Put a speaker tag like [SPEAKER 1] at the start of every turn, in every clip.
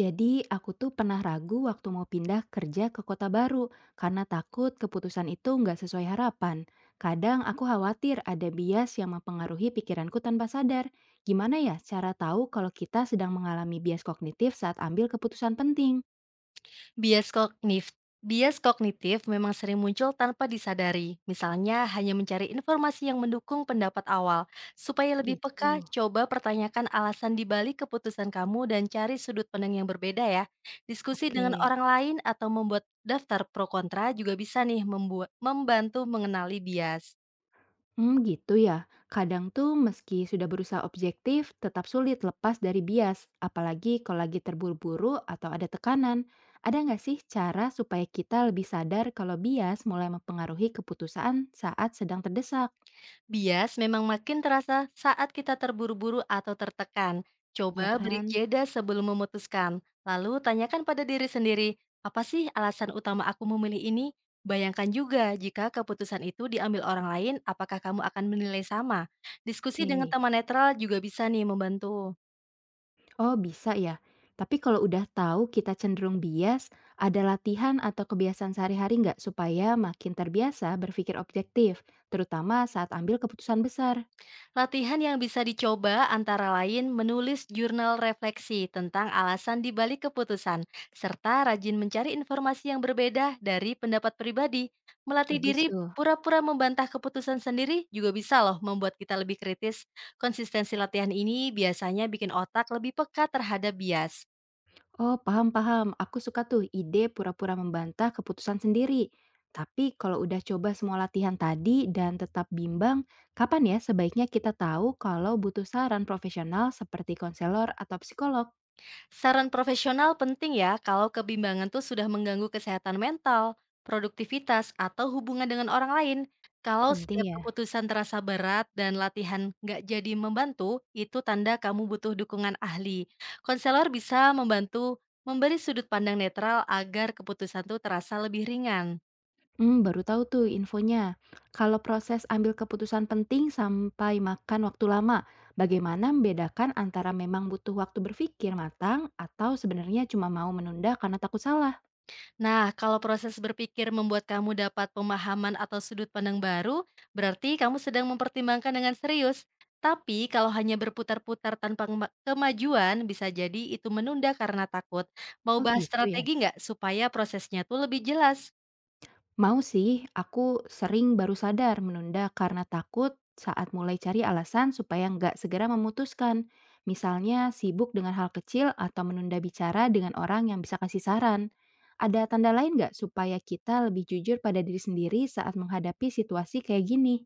[SPEAKER 1] Jadi aku tuh pernah ragu waktu mau pindah kerja ke kota baru karena takut keputusan itu nggak sesuai harapan. Kadang aku khawatir ada bias yang mempengaruhi pikiranku tanpa sadar. Gimana ya cara tahu kalau kita sedang mengalami bias kognitif saat ambil keputusan penting?
[SPEAKER 2] Bias kognitif, bias kognitif memang sering muncul tanpa disadari. Misalnya, hanya mencari informasi yang mendukung pendapat awal. Supaya lebih peka,
[SPEAKER 1] Gitu.
[SPEAKER 2] coba pertanyakan alasan dibalik keputusan kamu dan cari sudut pandang yang berbeda ya. Diskusi dengan
[SPEAKER 1] Oke.
[SPEAKER 2] orang lain atau membuat daftar pro kontra juga bisa nih membantu mengenali bias.
[SPEAKER 1] Hmm, gitu ya. Kadang tuh meski sudah berusaha objektif, tetap sulit lepas dari bias, apalagi kalau lagi terburu-buru atau ada tekanan. Ada nggak sih cara supaya kita lebih sadar kalau bias mulai mempengaruhi keputusan saat sedang terdesak?
[SPEAKER 2] Bias memang makin terasa saat kita terburu-buru atau tertekan.
[SPEAKER 1] Ya
[SPEAKER 2] Coba beri
[SPEAKER 1] kan?
[SPEAKER 2] jeda sebelum memutuskan, lalu tanyakan pada diri sendiri, apa sih alasan utama aku memilih ini? Bayangkan juga jika keputusan itu diambil orang lain, apakah kamu akan menilai sama? Diskusi dengan
[SPEAKER 1] Oke.
[SPEAKER 2] teman netral juga bisa nih membantu.
[SPEAKER 1] Oh, bisa ya. Tapi kalau udah tahu kita cenderung bias, ada latihan atau kebiasaan sehari-hari nggak supaya makin terbiasa berpikir objektif, terutama saat ambil keputusan besar?
[SPEAKER 2] Latihan yang bisa dicoba antara lain menulis jurnal refleksi tentang alasan dibalik keputusan, serta rajin mencari informasi yang berbeda dari pendapat pribadi. Melatih
[SPEAKER 1] Bagus
[SPEAKER 2] diri
[SPEAKER 1] tuh.
[SPEAKER 2] pura-pura membantah keputusan sendiri juga bisa loh membuat kita lebih kritis. Konsistensi latihan ini biasanya bikin otak lebih peka terhadap bias.
[SPEAKER 1] Oh, paham paham. Aku suka tuh ide pura-pura membantah keputusan sendiri. Tapi kalau udah coba semua latihan tadi dan tetap bimbang, kapan ya sebaiknya kita tahu kalau butuh saran profesional seperti konselor atau psikolog?
[SPEAKER 2] Saran profesional penting ya kalau kebimbangan tuh sudah mengganggu kesehatan mental, produktivitas, atau hubungan dengan orang lain. Kalau
[SPEAKER 1] Penting
[SPEAKER 2] setiap
[SPEAKER 1] ya?
[SPEAKER 2] keputusan terasa berat dan latihan nggak jadi membantu, itu tanda kamu butuh dukungan ahli. Konselor bisa membantu memberi sudut pandang netral agar keputusan tuh terasa lebih ringan.
[SPEAKER 1] Hmm, baru tahu tuh infonya. Kalau proses ambil keputusan penting sampai makan waktu lama, bagaimana membedakan antara memang butuh waktu berpikir matang atau sebenarnya cuma mau menunda karena takut salah?
[SPEAKER 2] Nah, kalau proses berpikir membuat kamu dapat pemahaman atau sudut pandang baru, berarti kamu sedang mempertimbangkan dengan serius. Tapi kalau hanya berputar-putar tanpa kemajuan, bisa jadi itu menunda karena takut. Mau
[SPEAKER 1] Oh
[SPEAKER 2] bahas
[SPEAKER 1] gitu ya.
[SPEAKER 2] strategi nggak supaya prosesnya tuh lebih jelas?
[SPEAKER 1] Mau sih, aku sering baru sadar menunda karena takut saat mulai cari alasan supaya nggak segera memutuskan. Misalnya sibuk dengan hal kecil atau menunda bicara dengan orang yang bisa kasih saran. Ada tanda lain nggak supaya kita lebih jujur pada diri sendiri saat menghadapi situasi kayak gini?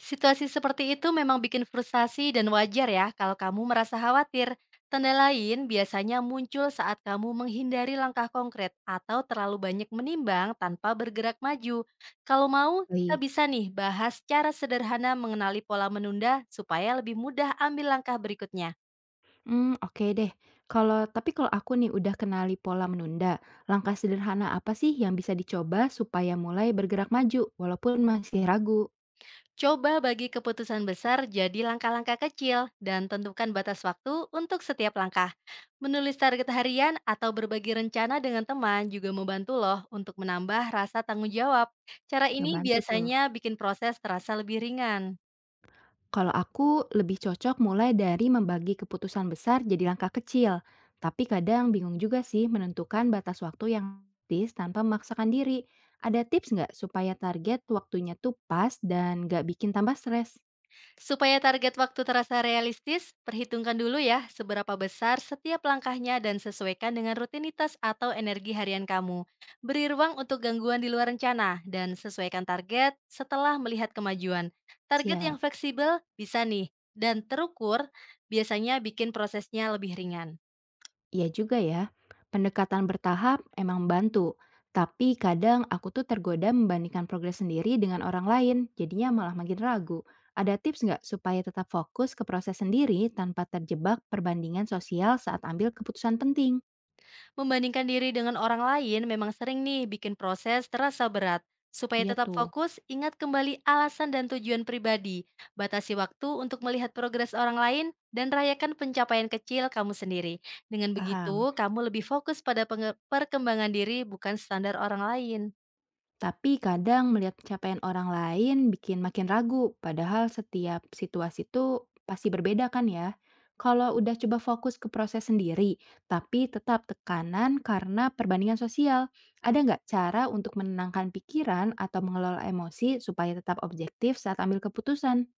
[SPEAKER 2] Situasi seperti itu memang bikin frustasi dan wajar ya kalau kamu merasa khawatir. Tanda lain biasanya muncul saat kamu menghindari langkah konkret atau terlalu banyak menimbang tanpa bergerak maju. Kalau mau, kita
[SPEAKER 1] Baik,
[SPEAKER 2] bisa nih bahas cara sederhana mengenali pola menunda supaya lebih mudah ambil langkah berikutnya.
[SPEAKER 1] Hmm, oke deh. Tapi kalau aku nih udah kenali pola menunda, langkah sederhana apa sih yang bisa dicoba supaya mulai bergerak maju walaupun masih ragu?
[SPEAKER 2] Coba bagi keputusan besar jadi langkah-langkah kecil dan tentukan batas waktu untuk setiap langkah. Menulis target harian atau berbagi rencana dengan teman juga membantu loh untuk menambah rasa tanggung jawab. Cara ini
[SPEAKER 1] Ngebantu tuh.
[SPEAKER 2] biasanya bikin proses terasa lebih ringan.
[SPEAKER 1] Kalau aku lebih cocok mulai dari membagi keputusan besar jadi langkah kecil, tapi kadang bingung juga sih menentukan batas waktu yang realistis tanpa memaksakan diri. Ada tips nggak supaya target waktunya tuh pas dan nggak bikin tambah stres?
[SPEAKER 2] Supaya target waktu terasa realistis, perhitungkan dulu ya seberapa besar setiap langkahnya dan sesuaikan dengan rutinitas atau energi harian kamu. Beri ruang untuk gangguan di luar rencana dan sesuaikan target setelah melihat kemajuan. Target yang
[SPEAKER 1] Siap.
[SPEAKER 2] fleksibel bisa nih dan terukur biasanya bikin prosesnya lebih ringan.
[SPEAKER 1] Iya juga ya, pendekatan bertahap emang membantu, tapi kadang aku tuh tergoda membandingkan progres sendiri dengan orang lain, jadinya malah makin ragu. Ada tips nggak supaya tetap fokus ke proses sendiri tanpa terjebak perbandingan sosial saat ambil keputusan penting?
[SPEAKER 2] Membandingkan diri dengan orang lain memang sering nih bikin proses terasa berat. Supaya
[SPEAKER 1] Iya
[SPEAKER 2] tetap
[SPEAKER 1] tuh,
[SPEAKER 2] fokus, ingat kembali alasan dan tujuan pribadi. Batasi waktu untuk melihat progres orang lain dan rayakan pencapaian kecil kamu sendiri. Dengan
[SPEAKER 1] paham.
[SPEAKER 2] begitu, kamu lebih fokus pada perkembangan diri bukan standar orang lain.
[SPEAKER 1] Tapi kadang melihat pencapaian orang lain bikin makin ragu, padahal setiap situasi itu pasti berbeda kan ya. Kalau udah coba fokus ke proses sendiri, tapi tetap tekanan karena perbandingan sosial, ada nggak cara untuk menenangkan pikiran atau mengelola emosi supaya tetap objektif saat ambil keputusan?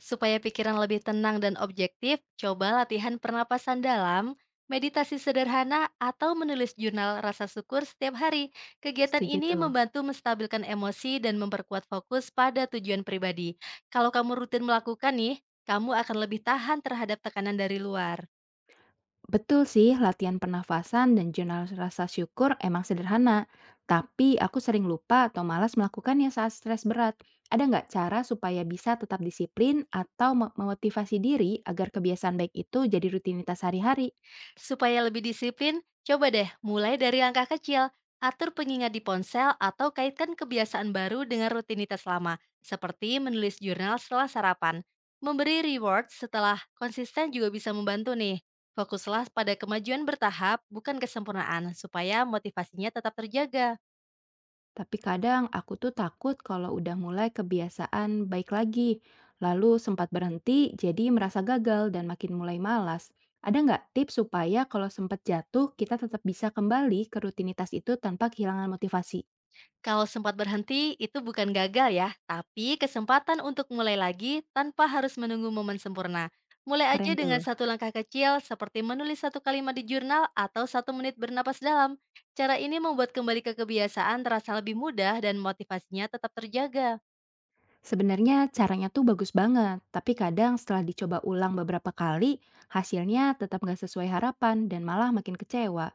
[SPEAKER 2] Supaya pikiran lebih tenang dan objektif, coba latihan pernapasan dalam, meditasi sederhana, atau menulis jurnal rasa syukur setiap hari. Kegiatan
[SPEAKER 1] Setuju
[SPEAKER 2] ini
[SPEAKER 1] tuh.
[SPEAKER 2] membantu menstabilkan emosi dan memperkuat fokus pada tujuan pribadi. Kalau kamu rutin melakukan nih, kamu akan lebih tahan terhadap tekanan dari luar.
[SPEAKER 1] Betul sih, latihan pernafasan dan jurnal rasa syukur emang sederhana. Tapi aku sering lupa atau malas melakukannya saat stres berat. Ada nggak cara supaya bisa tetap disiplin atau memotivasi diri agar kebiasaan baik itu jadi rutinitas sehari-hari?
[SPEAKER 2] Supaya lebih disiplin, coba deh mulai dari langkah kecil. Atur pengingat di ponsel atau kaitkan kebiasaan baru dengan rutinitas lama, seperti menulis jurnal setelah sarapan. Memberi reward setelah konsisten juga bisa membantu nih. Fokuslah pada kemajuan bertahap, bukan kesempurnaan, supaya motivasinya tetap terjaga.
[SPEAKER 1] Tapi kadang aku tuh takut kalau udah mulai kebiasaan baik lagi. Lalu sempat berhenti, jadi merasa gagal dan makin mulai malas. Ada nggak tips supaya kalau sempat jatuh, kita tetap bisa kembali ke rutinitas itu tanpa kehilangan motivasi?
[SPEAKER 2] Kalau sempat berhenti, itu bukan gagal ya, tapi kesempatan untuk mulai lagi tanpa harus menunggu momen sempurna. Mulai aja
[SPEAKER 1] Keren
[SPEAKER 2] dengan
[SPEAKER 1] tuh.
[SPEAKER 2] satu langkah kecil, seperti menulis satu kalimat di jurnal atau satu menit bernapas dalam. Cara ini membuat kembali ke kebiasaan terasa lebih mudah dan motivasinya tetap terjaga.
[SPEAKER 1] Sebenarnya caranya tuh bagus banget, tapi kadang setelah dicoba ulang beberapa kali, hasilnya tetap nggak sesuai harapan dan malah makin kecewa.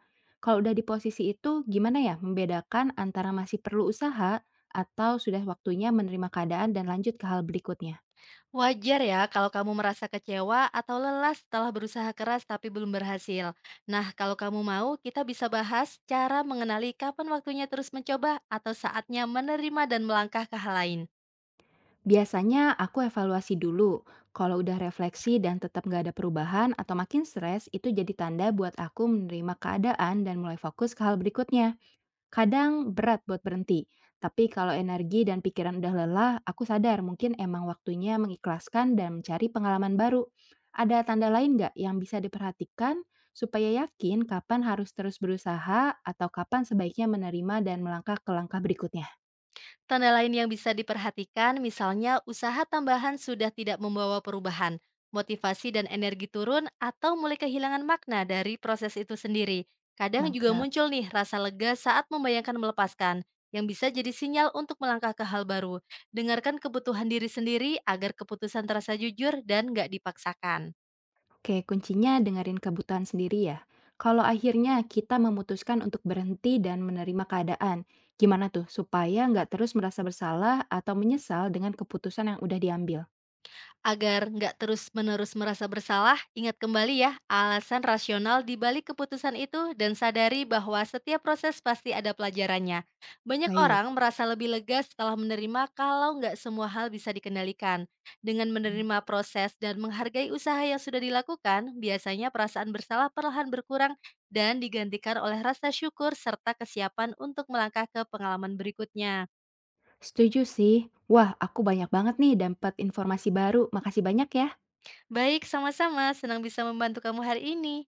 [SPEAKER 1] Kalau udah di posisi itu, gimana ya membedakan antara masih perlu usaha atau sudah waktunya menerima keadaan dan lanjut ke hal berikutnya?
[SPEAKER 2] Wajar ya kalau kamu merasa kecewa atau lelah setelah berusaha keras tapi belum berhasil. Nah, kalau kamu mau, kita bisa bahas cara mengenali kapan waktunya terus mencoba atau saatnya menerima dan melangkah ke hal lain.
[SPEAKER 1] Biasanya aku evaluasi dulu. Kalau udah refleksi dan tetap nggak ada perubahan atau makin stres, itu jadi tanda buat aku menerima keadaan dan mulai fokus ke hal berikutnya. Kadang berat buat berhenti, tapi kalau energi dan pikiran udah lelah, aku sadar mungkin emang waktunya mengikhlaskan dan mencari pengalaman baru. Ada tanda lain nggak yang bisa diperhatikan supaya yakin kapan harus terus berusaha atau kapan sebaiknya menerima dan melangkah ke langkah berikutnya?
[SPEAKER 2] Tanda lain yang bisa diperhatikan misalnya usaha tambahan sudah tidak membawa perubahan, motivasi dan energi turun atau mulai kehilangan makna dari proses itu sendiri. Kadang juga
[SPEAKER 1] Nangkap.
[SPEAKER 2] muncul nih rasa lega saat membayangkan melepaskan, yang bisa jadi sinyal untuk melangkah ke hal baru. Dengarkan kebutuhan diri sendiri agar keputusan terasa jujur dan nggak dipaksakan.
[SPEAKER 1] Oke, kuncinya dengerin kebutuhan sendiri ya. Kalau akhirnya kita memutuskan untuk berhenti dan menerima keadaan, gimana tuh supaya nggak terus merasa bersalah atau menyesal dengan keputusan yang udah diambil?
[SPEAKER 2] Agar nggak terus-menerus merasa bersalah, ingat kembali ya alasan rasional di balik keputusan itu dan sadari bahwa setiap proses pasti ada pelajarannya. Banyak
[SPEAKER 1] Baik.
[SPEAKER 2] orang merasa lebih lega setelah menerima kalau nggak semua hal bisa dikendalikan. Dengan
[SPEAKER 1] Mhm.
[SPEAKER 2] menerima proses dan menghargai usaha yang sudah dilakukan, biasanya perasaan bersalah perlahan berkurang dan digantikan oleh rasa syukur serta kesiapan untuk melangkah ke pengalaman berikutnya.
[SPEAKER 1] Setuju sih. Wah, aku banyak banget nih dapat informasi baru. Makasih banyak ya.
[SPEAKER 2] Baik, sama-sama. Senang bisa membantu kamu hari ini.